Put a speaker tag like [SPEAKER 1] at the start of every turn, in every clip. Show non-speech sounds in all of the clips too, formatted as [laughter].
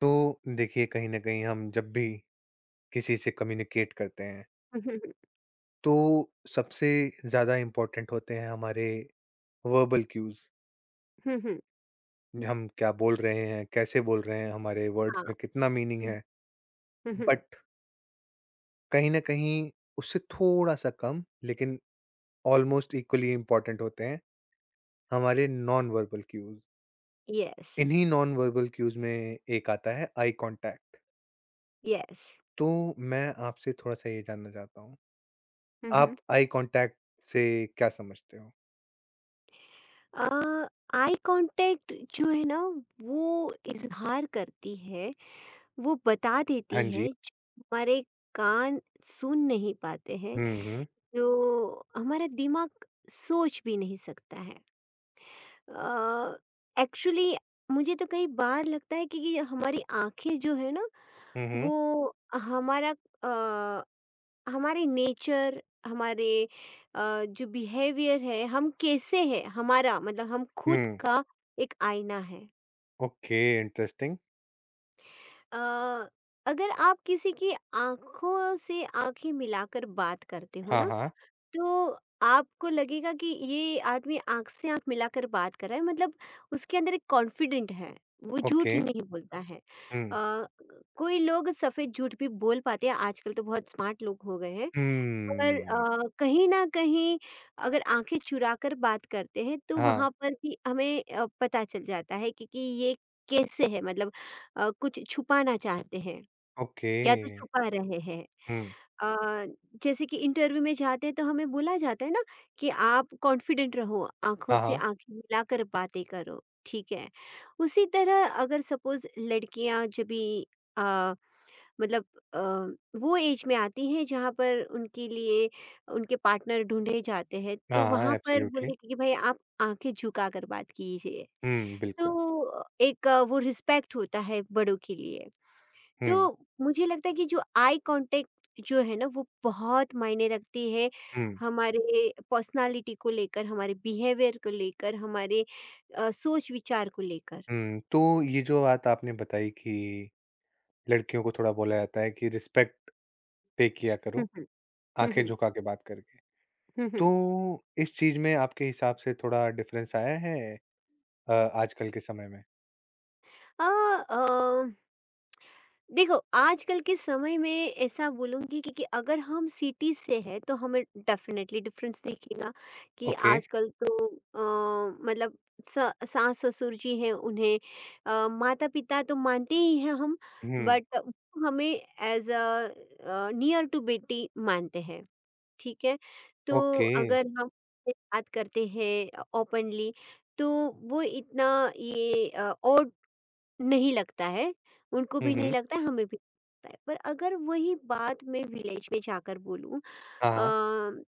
[SPEAKER 1] तो देखिए, कहीं ना कहीं हम जब भी किसी से कम्युनिकेट करते हैं
[SPEAKER 2] [laughs]
[SPEAKER 1] तो सबसे ज्यादा इम्पोर्टेंट होते हैं हमारे वर्बल क्यूज।
[SPEAKER 2] Mhm, mhm.
[SPEAKER 1] हम क्या बोल रहे हैं, कैसे बोल रहे हैं, हमारे वर्ड्स
[SPEAKER 2] हाँ।
[SPEAKER 1] में कितना मीनिंग है।
[SPEAKER 2] [laughs] हुँ, हुँ।
[SPEAKER 1] बट कहीं ना कहीं उससे थोड़ा सा कम, लेकिन ऑलमोस्ट इक्वली इम्पोर्टेंट होते हैं हमारे नॉन वर्बल क्यूज।
[SPEAKER 2] यस,
[SPEAKER 1] इन्हीं नॉन वर्बल क्यूज में एक आता है आई कांटेक्ट।
[SPEAKER 2] यस।
[SPEAKER 1] तो मैं आपसे थोड़ा सा ये जानना चाहता हूँ,
[SPEAKER 2] हुँ,
[SPEAKER 1] आप
[SPEAKER 2] हुँ।
[SPEAKER 1] आई कांटेक्ट से क्या समझते हो?
[SPEAKER 2] अ, आई कॉन्टैक्ट जो है ना वो इज़हार करती है, वो बता
[SPEAKER 1] हाँ
[SPEAKER 2] देती
[SPEAKER 1] जी।
[SPEAKER 2] है जो हमारे कान सुन नहीं पाते हैं,
[SPEAKER 1] हुँ, हुँ।
[SPEAKER 2] जो हमारा दिमाग सोच भी नहीं सकता है। अ, एक्चुअली मुझे तो कई बार लगता है कि हमारी आँखें जो है ना
[SPEAKER 1] हुँ, हुँ।
[SPEAKER 2] वो हमारा अ हमारे नेचर हमारे जो बिहेवियर है हम कैसे हैं हमारा मतलब हम खुद
[SPEAKER 1] हुँ।
[SPEAKER 2] का एक आईना है।
[SPEAKER 1] Okay, interesting.
[SPEAKER 2] अ, अगर आप किसी की आंखों से आंखें मिलाकर बात करते हो
[SPEAKER 1] हाँ,
[SPEAKER 2] ना
[SPEAKER 1] हाँ।
[SPEAKER 2] तो आपको लगेगा कि ये आदमी आंख से आंख मिलाकर बात कर रहा है मतलब उसके अंदर एक कॉन्फिडेंट है, वो झूठ
[SPEAKER 1] ओके।
[SPEAKER 2] नहीं बोलता है।
[SPEAKER 1] हुँ।
[SPEAKER 2] अ, कोई लोग सफेद झूठ भी बोल पाते हैं, आजकल तो बहुत स्मार्ट लोग हो गए हैं, पर
[SPEAKER 1] हम्म।
[SPEAKER 2] कहीं न कहीं अगर आँखें चुराकर बात करते हैं तो
[SPEAKER 1] हाँ।
[SPEAKER 2] वहाँ पर भी हमें पता चल जाता है कि ये कैसे है, मतलब कुछ छुपाना चाहते हैं
[SPEAKER 1] ओके।
[SPEAKER 2] या तो छुपा रहे हैं।
[SPEAKER 1] हुँ।
[SPEAKER 2] अ, जैसे कि इंटरव्यू में जाते हैं तो हमें बोला जाता है ना कि आप कॉन्फिडेंट रहो, आँखों
[SPEAKER 1] हाँ,
[SPEAKER 2] से
[SPEAKER 1] हाँ।
[SPEAKER 2] आँखें मिलाकर बातें करो, ठीक है। उसी तरह अगर सपोज़ लड़कियाँ जब भी अ मतलब वो एज में आती हैं जहाँ पर उनके लिए उनके पार्टनर ढूँढे जाते हैं,
[SPEAKER 1] हाँ,
[SPEAKER 2] तो
[SPEAKER 1] हाँ,
[SPEAKER 2] वहाँ पर
[SPEAKER 1] एब्सोल्युटली।
[SPEAKER 2] बोलते हैं कि भाई आप आँखें झुका कर बात कीजिए।
[SPEAKER 1] हुँ, बिल्कुल।
[SPEAKER 2] तो एक वो रिस्पेक्ट होता है बड़ों के लिए।
[SPEAKER 1] हुँ,
[SPEAKER 2] तो मुझे लगता है कि जो आई कॉन्टैक्ट जो है ना वो बहुत मायने रखती है,
[SPEAKER 1] हुँ,
[SPEAKER 2] हमारे पर्सनैलिटी को लेकर, हमारे बिहेवियर को लेकर, हमारे सोच-विचार को लेकर।
[SPEAKER 1] हुँ। तो ये जो बात आपने बताई कि लड़कियों को थोड़ा बोला जाता है कि रिस्पेक्ट पे किया करो,
[SPEAKER 2] हुँ, हुँ। हुँ,
[SPEAKER 1] आँखें
[SPEAKER 2] हुँ।
[SPEAKER 1] झुका के बात करके।
[SPEAKER 2] हुँ,
[SPEAKER 1] तो
[SPEAKER 2] हुँ।
[SPEAKER 1] इस चीज़ में आपके हिसाब से थोड़ा डिफ़रेंस आया है आजकल के समय में?
[SPEAKER 2] अ, अ देखो आजकल के समय में ऐसा बोलूँगी कि अगर हम सिटी से हैं तो हमें डेफिनेटली डिफरेंस दिखेगा कि
[SPEAKER 1] ओके।
[SPEAKER 2] आजकल तो मतलब सास ससुर जी हैं, उन्हें माता पिता तो मानते ही हैं हम,
[SPEAKER 1] हुँ।
[SPEAKER 2] बट हमें एज अ नियर टू बेटी मानते हैं, ठीक है। तो
[SPEAKER 1] ओके।
[SPEAKER 2] अगर हम बात करते हैं ओपनली तो वो इतना ये नहीं लगता है, उनको
[SPEAKER 1] हुँ,
[SPEAKER 2] भी नहीं
[SPEAKER 1] हुँ।
[SPEAKER 2] लगता है, हमें भी नहीं लगता है। पर अगर वही बात मैं विलेज में जाकर बोलूँ,
[SPEAKER 1] हाँ, हाँ।
[SPEAKER 2] अ,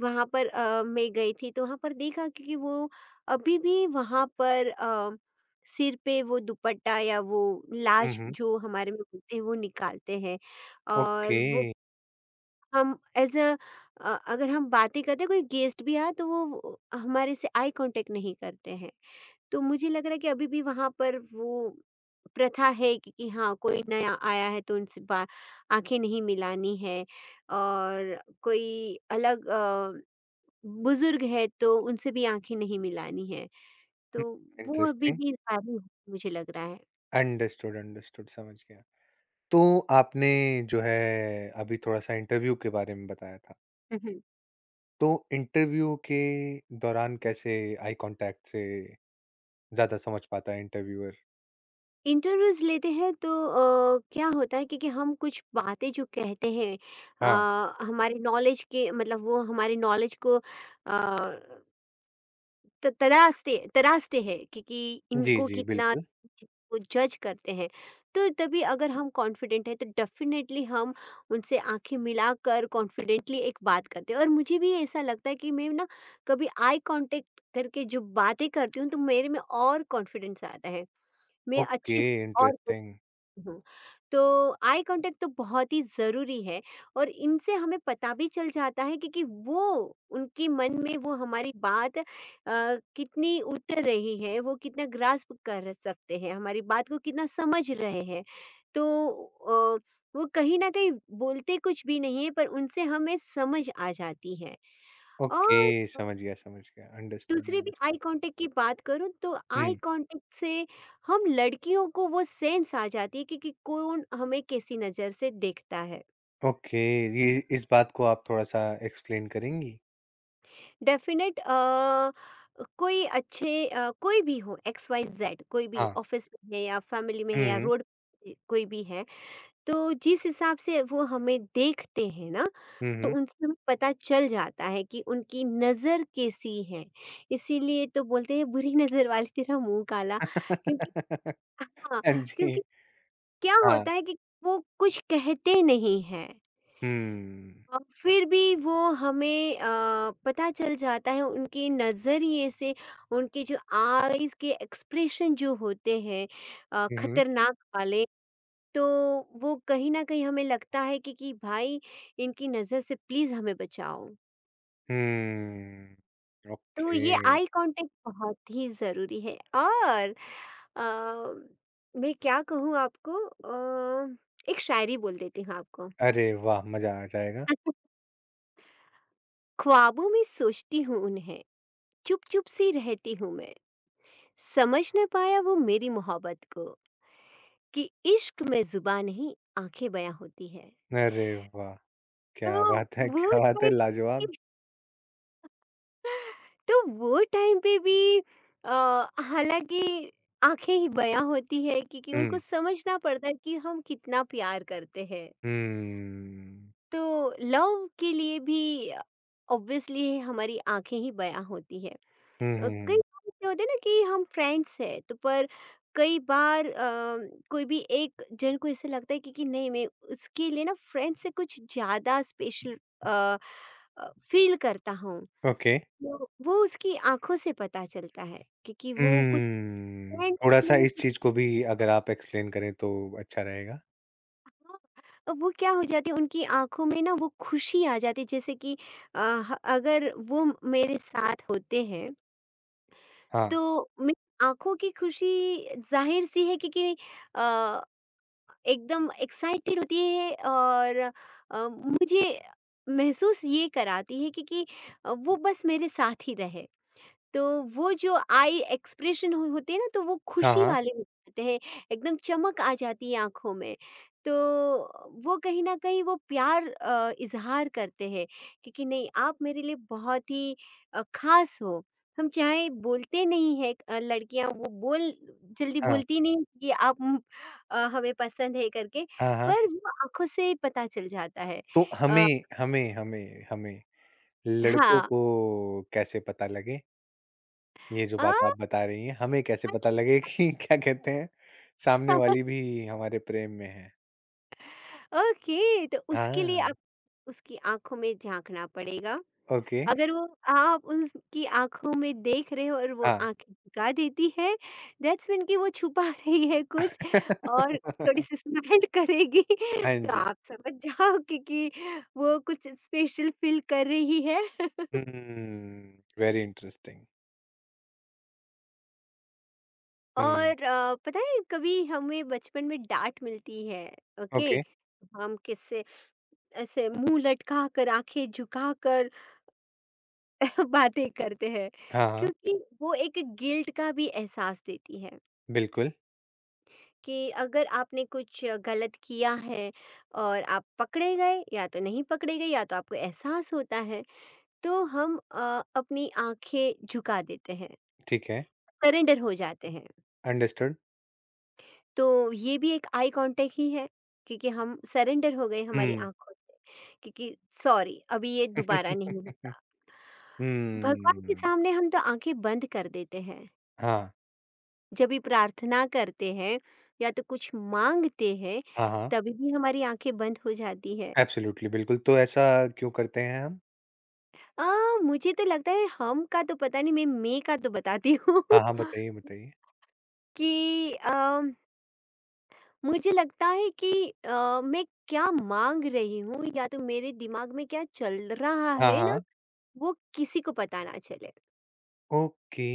[SPEAKER 2] वहाँ पर मैं गई थी तो वहाँ पर देखा क्योंकि वो अभी भी वहाँ पर सिर पे वो दुपट्टा या वो
[SPEAKER 1] हुँ,
[SPEAKER 2] लाश
[SPEAKER 1] हुँ।
[SPEAKER 2] जो हमारे में होते हैं वो निकालते हैं। और
[SPEAKER 1] ओके।
[SPEAKER 2] वो हम एज़ अ अगर हम बातें करते हैं कोई गेस्ट भी आया तो वो हमारे से आई कॉन्टेक्ट नहीं करते हैं। तो मुझे लग रहा है कि अभी भी वहाँ पर वो प्रथा है कि हाँ कोई नया आया है तो उनसे बा आँखें नहीं मिलानी है, और कोई अलग बुजुर्ग है तो उनसे भी आँखें नहीं मिलानी है।
[SPEAKER 1] हुँ,
[SPEAKER 2] तो वो अभी
[SPEAKER 1] इंटरेस्टिंग।
[SPEAKER 2] भी जारी है मुझे लग रहा है।
[SPEAKER 1] अंडरस्टूड, अंडरस्टूड, समझ गया। तो आपने जो है अभी थोड़ा-सा इंटरव्यू के बारे में बताया था।
[SPEAKER 2] हुँ, हुँ।
[SPEAKER 1] तो इंटरव्यू के दौरान कैसे आई कॉन्टैक्ट से ज़्यादा समझ पाता है इंटरव्यूअर?
[SPEAKER 2] इंटरव्यूज़ लेते हैं तो क्या होता है कि हम कुछ बातें जो कहते हैं
[SPEAKER 1] हाँ।
[SPEAKER 2] हमारे नॉलेज के मतलब वो हमारे नॉलेज को अ त तरासते तरासते हैं कि
[SPEAKER 1] जी,
[SPEAKER 2] इनको
[SPEAKER 1] जी,
[SPEAKER 2] कितना
[SPEAKER 1] बिल्कुल।
[SPEAKER 2] वो जज करते हैं। तो तभी अगर हम कॉन्फिडेंट हैं तो डेफ़िनेटली हम उनसे आँखें मिलाकर कॉन्फिडेंटली एक बात करते हैं और मुझे भी ऐसा लगता है कि मैं ना कभी आई कॉन्टैक्ट करके जो बातें करती हूँ तो मेरे में और कॉन्फिडेंस आता है। मैं
[SPEAKER 1] ओके,
[SPEAKER 2] अच्छे से और
[SPEAKER 1] इंटरेस्टिंग।
[SPEAKER 2] हूँ। तो आई कांटेक्ट तो बहुत ही ज़रूरी है और इनसे हमें पता भी चल जाता है क्योंकि वो उनके मन में वो हमारी बात कितनी उतर रही है, वो कितना ग्रास्प कर सकते हैं, हमारी बात को कितना समझ रहे हैं। तो अ, वो कहीं न कहीं बोलते कुछ भी नहीं है पर उनसे हमें समझ आ जाती है। और
[SPEAKER 1] ओके, समझ गया, समझ गया। अंडरस्टूड,
[SPEAKER 2] दूसरी भी आई
[SPEAKER 1] अंडरस्टूड।
[SPEAKER 2] कॉन्टैक्ट की बात करूँ तो आई
[SPEAKER 1] हुँ।
[SPEAKER 2] कॉन्टैक्ट से हम लड़कियों को वो सेंस आ जाती है कि कौन हमें कैसी नज़र से देखता है।
[SPEAKER 1] ओके। ये इस बात को आप थोड़ा-सा एक्सप्लेन करेंगी?
[SPEAKER 2] डेफ़िनेट कोई अच्छे कोई भी हो एक्स वाई ज़ेड, कोई भी
[SPEAKER 1] हाँ।
[SPEAKER 2] ऑफ़िस में है या फ़ैमिली में
[SPEAKER 1] हुँ,
[SPEAKER 2] है या
[SPEAKER 1] हुँ।
[SPEAKER 2] रोड पे कोई भी है, तो जिस हिसाब से वो हमें देखते हैं ना,
[SPEAKER 1] हुँ, हुँ।
[SPEAKER 2] तो
[SPEAKER 1] हाँ
[SPEAKER 2] उनसे हमें पता चल जाता है कि उनकी नज़र कैसी है। इसीलिए तो बोलते हैं बुरी नज़र वाले तेरा मुँह काला, क्योंकि
[SPEAKER 1] [laughs]
[SPEAKER 2] हाँ,
[SPEAKER 1] जी।
[SPEAKER 2] क्योंकि क्या
[SPEAKER 1] हाँ।
[SPEAKER 2] होता है कि वो कुछ कहते नहीं हैं
[SPEAKER 1] हुँ।
[SPEAKER 2] और फिर भी वो हमें पता चल जाता है उनके नज़रिए से, उनके जो आईज़ के एक्सप्रेशन जो होते हैं
[SPEAKER 1] हुँ, हुँ।
[SPEAKER 2] खतरनाक वाले, तो वो कहीं ना कहीं हमें लगता है कि भाई इनकी नज़र से प्लीज़ हमें बचाओ।
[SPEAKER 1] हुँ।
[SPEAKER 2] तो ये
[SPEAKER 1] ओके।
[SPEAKER 2] आई कांटेक्ट बहुत ही ज़रूरी है। और अ, मैं क्या कहूँ आपको, एक शायरी बोल देती हूँ आपको।
[SPEAKER 1] अरे वाह! मज़ा आ जाएगा।
[SPEAKER 2] [laughs] ख्वाबों में सोचती हूँ उन्हें, चुप चुप सी रहती हूँ मैं, समझ न पाया वो मेरी मोहब्बत को, कि इश्क में जुबा नहीं आंखें बयां होती है।
[SPEAKER 1] अरे वाह!
[SPEAKER 2] तो वो
[SPEAKER 1] क्या बात है,
[SPEAKER 2] टाइम
[SPEAKER 1] लाजवाब।
[SPEAKER 2] वो टाइम पे भी अ, हालांकि आंखें ही बयां होती है क्योंकि उनको
[SPEAKER 1] हुँ,
[SPEAKER 2] समझना पड़ता है कि हम कितना प्यार करते हैं।
[SPEAKER 1] हुँ।
[SPEAKER 2] तो लव के लिए भी ऑब्वियसली हमारी आंखें ही बयां होती है।
[SPEAKER 1] हुँ, हुँ,
[SPEAKER 2] कई
[SPEAKER 1] हुँ।
[SPEAKER 2] बार क्या होता है ना कि हम फ्रेंड्स हैं, तो पर कई बार कोई भी एक जन को ऐसा लगता है कि नहीं मैं उसके लिए ना फ्रेंड से कुछ ज़्यादा स्पेशल फील करता हूँ।
[SPEAKER 1] ओके।
[SPEAKER 2] तो वो उसकी आंखों से पता चलता है क्योंकि वो कुछ
[SPEAKER 1] हुँ।
[SPEAKER 2] फ्रेंड
[SPEAKER 1] थोड़ा-सा
[SPEAKER 2] नहीं
[SPEAKER 1] इस
[SPEAKER 2] कुछ
[SPEAKER 1] चीज़ को भी अगर आप एक्सप्लेन करें तो अच्छा रहेगा।
[SPEAKER 2] हाँ, अब वो क्या हो जाती है उनकी आंखों में ना वो खुशी आ जाती है, जैसे कि अगर वो मेरे साथ होते हैं
[SPEAKER 1] हाँ।
[SPEAKER 2] तो मेरी आँखों की खुशी ज़ाहिर-सी है क्योंकि अ, एकदम एक्साइटेड होती है और मुझे महसूस ये कराती है क्योंकि वो बस मेरे साथ ही रहे। तो वो जो आई एक्सप्रेशन हो होते हैं ना तो वो
[SPEAKER 1] हाँ,
[SPEAKER 2] खुशी
[SPEAKER 1] हाँ।
[SPEAKER 2] वाले हो जाते हैं, एकदम चमक आ जाती है आँखों में। तो वो कहीं न कहीं वो प्यार इज़हार करते हैं कि नहीं आप मेरे लिए बहुत ही ख़ास हो। हम चाहे बोलते नहीं हैं, लड़कियाँ वो बोल जल्दी
[SPEAKER 1] हाँ।
[SPEAKER 2] बोलती नहीं कि आप हमें पसंद है करके,
[SPEAKER 1] हाँ, हाँ।
[SPEAKER 2] पर वो आँखों से पता चल जाता है।
[SPEAKER 1] तो
[SPEAKER 2] अ,
[SPEAKER 1] हमें हमें लड़कों
[SPEAKER 2] हाँ।
[SPEAKER 1] को कैसे पता लगे, ये जो बात आप बता रही हैं, हमें कैसे पता लगे कि [laughs] क्या कहते हैं, सामने
[SPEAKER 2] अ
[SPEAKER 1] वाली
[SPEAKER 2] [laughs]
[SPEAKER 1] भी हमारे प्रेम में है?
[SPEAKER 2] ओके तो उसके लिए
[SPEAKER 1] हाँ।
[SPEAKER 2] आप उसकी आँखों में झाँकना पड़ेगा।
[SPEAKER 1] ओके।
[SPEAKER 2] अगर वो आप उसकी आँखों में देख रहे हो और वो
[SPEAKER 1] हाँ।
[SPEAKER 2] आँखें झुका देती है, दैट्स मीन कि वो छुपा [laughs] रही है कुछ, और थोड़ी-सी
[SPEAKER 1] [laughs]
[SPEAKER 2] स्माइल [laughs] करेगी
[SPEAKER 1] हाँ
[SPEAKER 2] तो
[SPEAKER 1] जी।
[SPEAKER 2] आप समझ जाओगे कि वो कुछ स्पेशल फ़ील कर रही है।
[SPEAKER 1] हुँ, वेरी इंटरेस्टिंग। हुँ।
[SPEAKER 2] और पता है कभी हमें बचपन में डाँट मिलती है, ओके?
[SPEAKER 1] ओके।
[SPEAKER 2] हम किससे ऐसे मुँह लटका कर, आँखें झुका कर [laughs] बातें करते हैं
[SPEAKER 1] हाँ, हाँ,
[SPEAKER 2] क्योंकि वो एक गिल्ट का भी एहसास देती है
[SPEAKER 1] बिल्कुल।
[SPEAKER 2] कि अगर आपने कुछ गलत किया है और आप पकड़े गए या तो नहीं पकड़े गए या तो आपको एहसास होता है तो हम अपनी आंखें झुका देते हैं,
[SPEAKER 1] ठीक है,
[SPEAKER 2] सरेंडर हो जाते हैं।
[SPEAKER 1] अंडरस्टूड।
[SPEAKER 2] तो ये भी एक आई कांटेक्ट ही है क्योंकि हम सरेंडर हो गए हमारी
[SPEAKER 1] हुँ।
[SPEAKER 2] आंखों से, क्योंकि सॉरी अभी ये दोबारा नहीं होगा। भगवान के
[SPEAKER 1] हुँ। [laughs]
[SPEAKER 2] सामने हम तो आंखें बंद कर देते हैं
[SPEAKER 1] हाँ,
[SPEAKER 2] जब भी प्रार्थना करते हैं या तो कुछ मांगते हैं,
[SPEAKER 1] हाँ, हाँ,
[SPEAKER 2] तभी भी हमारी आंखें बंद हो जाती है।
[SPEAKER 1] एब्सोल्यूटली, बिल्कुल। तो ऐसा क्यों करते हैं हम?
[SPEAKER 2] आ, मुझे तो लगता है हम का तो पता नहीं, मैं का तो बताती हूँ।
[SPEAKER 1] हाँ, हाँ,
[SPEAKER 2] [laughs]
[SPEAKER 1] बताइए, बताइए।
[SPEAKER 2] कि मुझे लगता है कि मैं क्या मांग रही हूँ या तो मेरे दिमाग में क्या चल रहा
[SPEAKER 1] हाँ,
[SPEAKER 2] है ना,
[SPEAKER 1] हाँ।
[SPEAKER 2] वो किसी को पता ना चले।
[SPEAKER 1] ओके,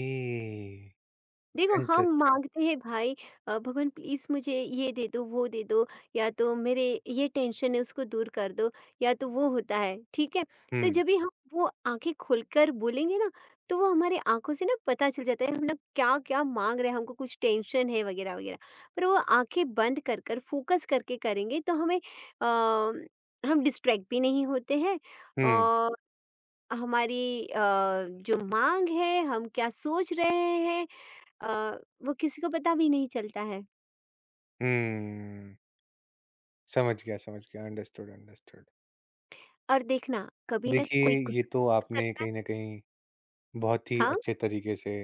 [SPEAKER 2] देखो हम
[SPEAKER 1] इंटरेस्टिंग।
[SPEAKER 2] मांगते हैं भाई भगवान प्लीज मुझे ये दे दो वो दे दो, या तो मेरे ये टेंशन है उसको दूर कर दो, या तो वो होता है ठीक है। तो
[SPEAKER 1] हुँ,
[SPEAKER 2] जब भी हम वो आंखें खोलकर बोलेंगे ना तो वो हमारे आंखों से ना पता चल जाता है हम ना क्या क्या मांग रहे हैं, हमको कुछ टेंशन है वगैरह वगैरह। पर वो आंखें बंद कर कर फोकस करके करेंगे तो हमें हम डिस्ट्रैक्ट भी नहीं होते हैं
[SPEAKER 1] हुँ।
[SPEAKER 2] और हमारी अ, जो मांग है हम क्या सोच रहे हैं अ, वो किसी को पता भी नहीं चलता है।
[SPEAKER 1] हुँ। समझ गया, समझ गया। Understood, understood.
[SPEAKER 2] और देखना कभी ना कोई
[SPEAKER 1] देखिए,
[SPEAKER 2] कुछ
[SPEAKER 1] ये तो
[SPEAKER 2] [laughs]
[SPEAKER 1] आपने
[SPEAKER 2] करता है।
[SPEAKER 1] कहीं न कहीं बहुत ही
[SPEAKER 2] हाँ?
[SPEAKER 1] अच्छे तरीके से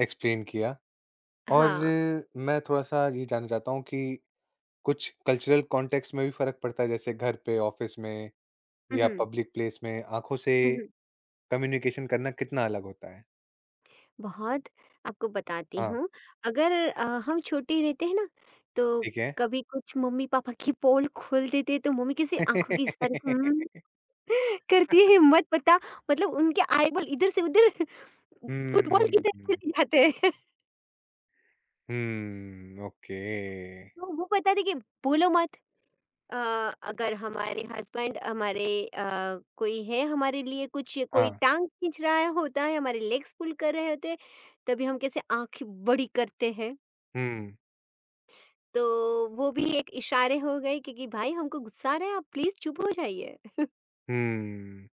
[SPEAKER 1] एक्सप्लेन किया। और
[SPEAKER 2] हाँ।
[SPEAKER 1] मैं थोड़ा-सा ये जानना चाहता हूँ कि कुछ कल्चरल कॉन्टेक्स्ट में भी फ़र्क पड़ता है, जैसे घर पे, ऑफ़िस में
[SPEAKER 2] हुँ,
[SPEAKER 1] या
[SPEAKER 2] हुँ,
[SPEAKER 1] पब्लिक प्लेस में आँखों से
[SPEAKER 2] हुँ, हुँ।
[SPEAKER 1] कम्युनिकेशन करना कितना अलग होता है?
[SPEAKER 2] बहुत, आपको बताती
[SPEAKER 1] हाँ।
[SPEAKER 2] हूँ। अगर हम छोटे रहते हैं ना तो
[SPEAKER 1] ठीक है।
[SPEAKER 2] कभी कुछ मम्मी-पापा की पोल खोल देते हैं तो मम्मी कैसे आँखों की इशारे से हुँ,
[SPEAKER 1] [laughs]
[SPEAKER 2] [laughs] करती है मत पता, मतलब उनके आईबॉल इधर से उधर [laughs]
[SPEAKER 1] हुँ,
[SPEAKER 2] फुटबॉल की तरह
[SPEAKER 1] हुँ,
[SPEAKER 2] चले जाते हैं। [laughs]
[SPEAKER 1] हुँ। ओके।
[SPEAKER 2] तो वो बताते कि बोलो मत। अ, अगर हमारे हस्बैंड हमारे कोई है हमारे लिए कुछ कोई
[SPEAKER 1] हाँ।
[SPEAKER 2] टांग खींच रहा है होता है, हमारे लेग्स पुल कर रहे होते हैं, तभी हम कैसे आंखें बड़ी करते हैं,
[SPEAKER 1] हुँ,
[SPEAKER 2] तो वो भी एक इशारे हो गए क्योंकि भाई हमको गुस्सा आ रहा है आप प्लीज चुप हो जाइए।
[SPEAKER 1] हुँ।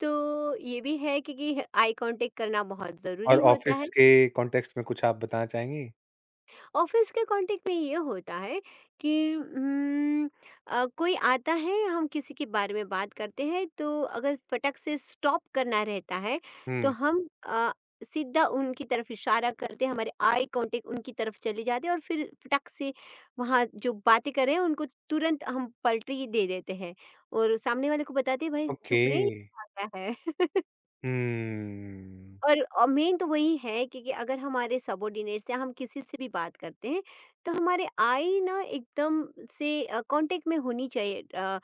[SPEAKER 2] तो ये भी है क्योंकि आई कांटेक्ट करना बहुत
[SPEAKER 1] और
[SPEAKER 2] जरूरी होता है।
[SPEAKER 1] ऑफिस के कॉन्टेक्स्ट में कुछ आप बताना चाहेंगी?
[SPEAKER 2] ऑफिस के कांटेक्ट में ये होता है कि कोई आता है हम किसी के बारे में बात करते हैं, तो अगर फटक से स्टॉप करना रहता है तो
[SPEAKER 1] हुँ।
[SPEAKER 2] हम सीधा उनकी तरफ इशारा करते हैं, हमारे आई कांटेक्ट उनकी तरफ चले जाते हैं और फिर फटक से वहाँ जो बातें कर रहे हैं उनको तुरंत हम पलटी दे देते हैं और सामने वाले को बताते हैं भाई
[SPEAKER 1] ओके।
[SPEAKER 2] चुप रहे, ये आ गया है।
[SPEAKER 1] हम्म।
[SPEAKER 2] और मेन तो वही है क्योंकि अगर हमारे सबॉर्डिनेट या हम किसी से भी बात करते हैं तो हमारे आई ना एकदम से कांटेक्ट में होनी चाहिए,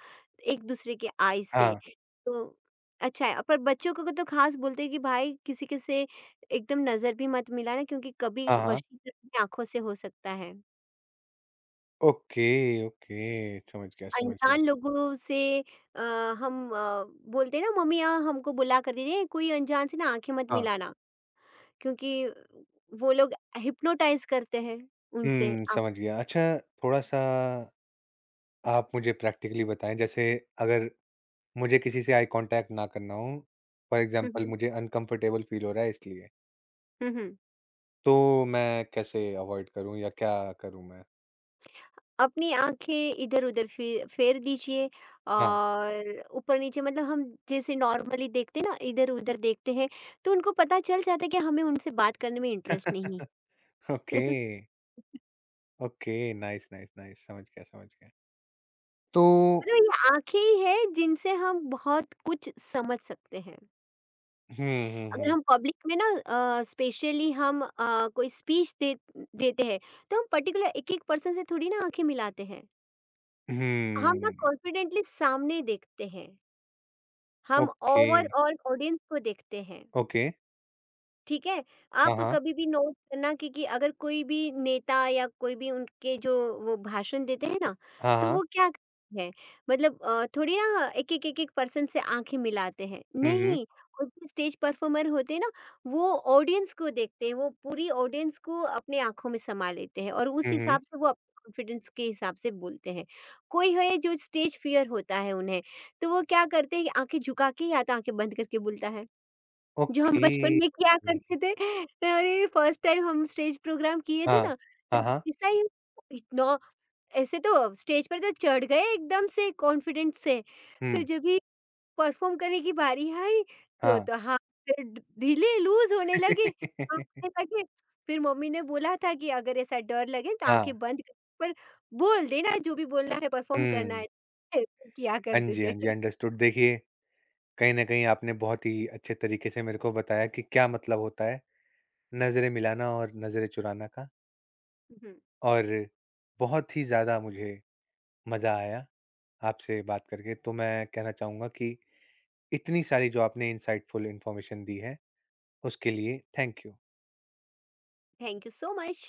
[SPEAKER 2] एक दूसरे के आई से,
[SPEAKER 1] हाँ,
[SPEAKER 2] तो अच्छा है। पर बच्चों को तो खास बोलते हैं कि भाई किसी के से एकदम नजर भी मत मिलाना क्योंकि
[SPEAKER 1] हाँ,
[SPEAKER 2] कभी
[SPEAKER 1] हाँ।
[SPEAKER 2] वशीकरण आंखों से हो सकता है।
[SPEAKER 1] ओके, ओके, समझ गया, समझ गया।
[SPEAKER 2] अनजान लोगों से हम बोलते हैं ना मम्मी यहाँ हमको बुला कर दीजिए, कोई अनजान से ना आंखें मत
[SPEAKER 1] हाँ।
[SPEAKER 2] मिलाना, क्योंकि वो लोग हिप्नोटाइज़ करते हैं उनसे
[SPEAKER 1] हुँ,
[SPEAKER 2] आप।
[SPEAKER 1] समझ गया। अच्छा, थोड़ा-सा आप मुझे प्रैक्टिकली बताएँ, जैसे अगर मुझे किसी से आई कॉन्टैक्ट ना करना हो, फॉर
[SPEAKER 2] हुँ,
[SPEAKER 1] एग्ज़ाम्पल
[SPEAKER 2] हुँ।
[SPEAKER 1] मुझे अनकम्फ़र्टेबल फ़ील हो रहा है इसलिए,
[SPEAKER 2] हुँ, हुँ।
[SPEAKER 1] तो मैं कैसे अवॉइड करूँ या क्या करूँ मैं?
[SPEAKER 2] अपनी आँखें इधर-उधर फे फेर फेर दीजिए
[SPEAKER 1] हाँ।
[SPEAKER 2] और ऊपर-नीचे, मतलब हम जैसे नॉर्मली देखते हैं ना, इधर-उधर देखते हैं, तो उनको पता चल जाता है कि हमें उनसे बात करने में इंटरेस्ट नहीं
[SPEAKER 1] [laughs]
[SPEAKER 2] है।
[SPEAKER 1] Okay,
[SPEAKER 2] [laughs]
[SPEAKER 1] okay, nice, nice, nice, समझ गया, समझ गया। तो
[SPEAKER 2] मतलब ये आँखें ही हैं जिनसे हम बहुत कुछ समझ सकते हैं।
[SPEAKER 1] हुँ, हुँ,
[SPEAKER 2] अगर
[SPEAKER 1] हुँ।
[SPEAKER 2] हम पब्लिक में ना स्पेशली हम कोई स्पीच दे देते हैं, तो हम पर्टिकुलर एक-एक पर्सन से थोड़ी ना आँखें मिलाते हैं। हम ना
[SPEAKER 1] हुँ।
[SPEAKER 2] कॉन्फिडेंटली सामने देखते हैं, हम
[SPEAKER 1] ओके,
[SPEAKER 2] ओवरऑल ऑडियंस को देखते हैं।
[SPEAKER 1] ओके।
[SPEAKER 2] ठीक है?
[SPEAKER 1] हाँ,
[SPEAKER 2] आप
[SPEAKER 1] हाँ।
[SPEAKER 2] कभी भी नोट करना कि अगर कोई भी नेता या कोई भी उनके जो वो भाषण देते हैं ना,
[SPEAKER 1] हाँ,
[SPEAKER 2] तो
[SPEAKER 1] हाँ।
[SPEAKER 2] वो क्या करते हैं? मतलब थोड़ी ना एक-एक पर्सन से आँखें मिलाते हैं।
[SPEAKER 1] हुँ, हुँ।
[SPEAKER 2] नहीं, खुद जो स्टेज परफॉर्मर होते हैं ना, वो ऑडियंस को देखते हैं, वो पूरी ऑडियंस को अपने आँखों में समा लेते हैं और
[SPEAKER 1] हुँ,
[SPEAKER 2] उस
[SPEAKER 1] हुँ।
[SPEAKER 2] हिसाब से वो अपने कॉन्फिडेंस के हिसाब से बोलते हैं। कोई है जो स्टेज फ़ियर होता है उन्हें, तो वो क्या करते हैं आँखें झुका के या तो आँखें बंद करके बोलता है। जो हम
[SPEAKER 1] ओके।
[SPEAKER 2] बचपन में किया करते थे। अरे! फर्स्ट टाइम हम स्टेज प्रोग्राम किए थे
[SPEAKER 1] हाँ।
[SPEAKER 2] ना,
[SPEAKER 1] हाँ,
[SPEAKER 2] तब
[SPEAKER 1] हाँ।
[SPEAKER 2] ऐसा ही इतना ऐसे तो स्टेज पर तो चढ़ गए एकदम से कॉन्फिडेंस से, फिर
[SPEAKER 1] हुँ,
[SPEAKER 2] जब भी परफॉर्म करने की बारी आई, तो
[SPEAKER 1] हाँ।
[SPEAKER 2] तो हाथ पैर ढ ढीले लूज़ होने लगे,
[SPEAKER 1] [laughs]
[SPEAKER 2] काँपने लगे। फिर मम्मी ने बोला था कि अगर ऐसा डर लगे तो
[SPEAKER 1] हाँ।
[SPEAKER 2] आँखें बंद कर पर बोल देना जो भी बोलना है, परफॉर्म करना है।
[SPEAKER 1] हुँ।
[SPEAKER 2] [laughs] ऐसे किया
[SPEAKER 1] हाँ
[SPEAKER 2] करते
[SPEAKER 1] जी, हाँ
[SPEAKER 2] थे।
[SPEAKER 1] जी,
[SPEAKER 2] [laughs]
[SPEAKER 1] अंडरस्टूड। देखिए, कहीं न कहीं आपने बहुत ही अच्छे तरीके से मेरे को बताया कि क्या मतलब होता है नज़रें मिलाना और नज़रें चुराना का,
[SPEAKER 2] हुँ,
[SPEAKER 1] और बहुत ही ज़्यादा मुझे मज़ा आया आपसे बात करके। तो मैं कहना चाहूँगा कि इतनी सारी जो आपने इनसाइटफुल इन्फॉर्मेशन दी है, उसके लिए thank you.
[SPEAKER 2] Thank you so much.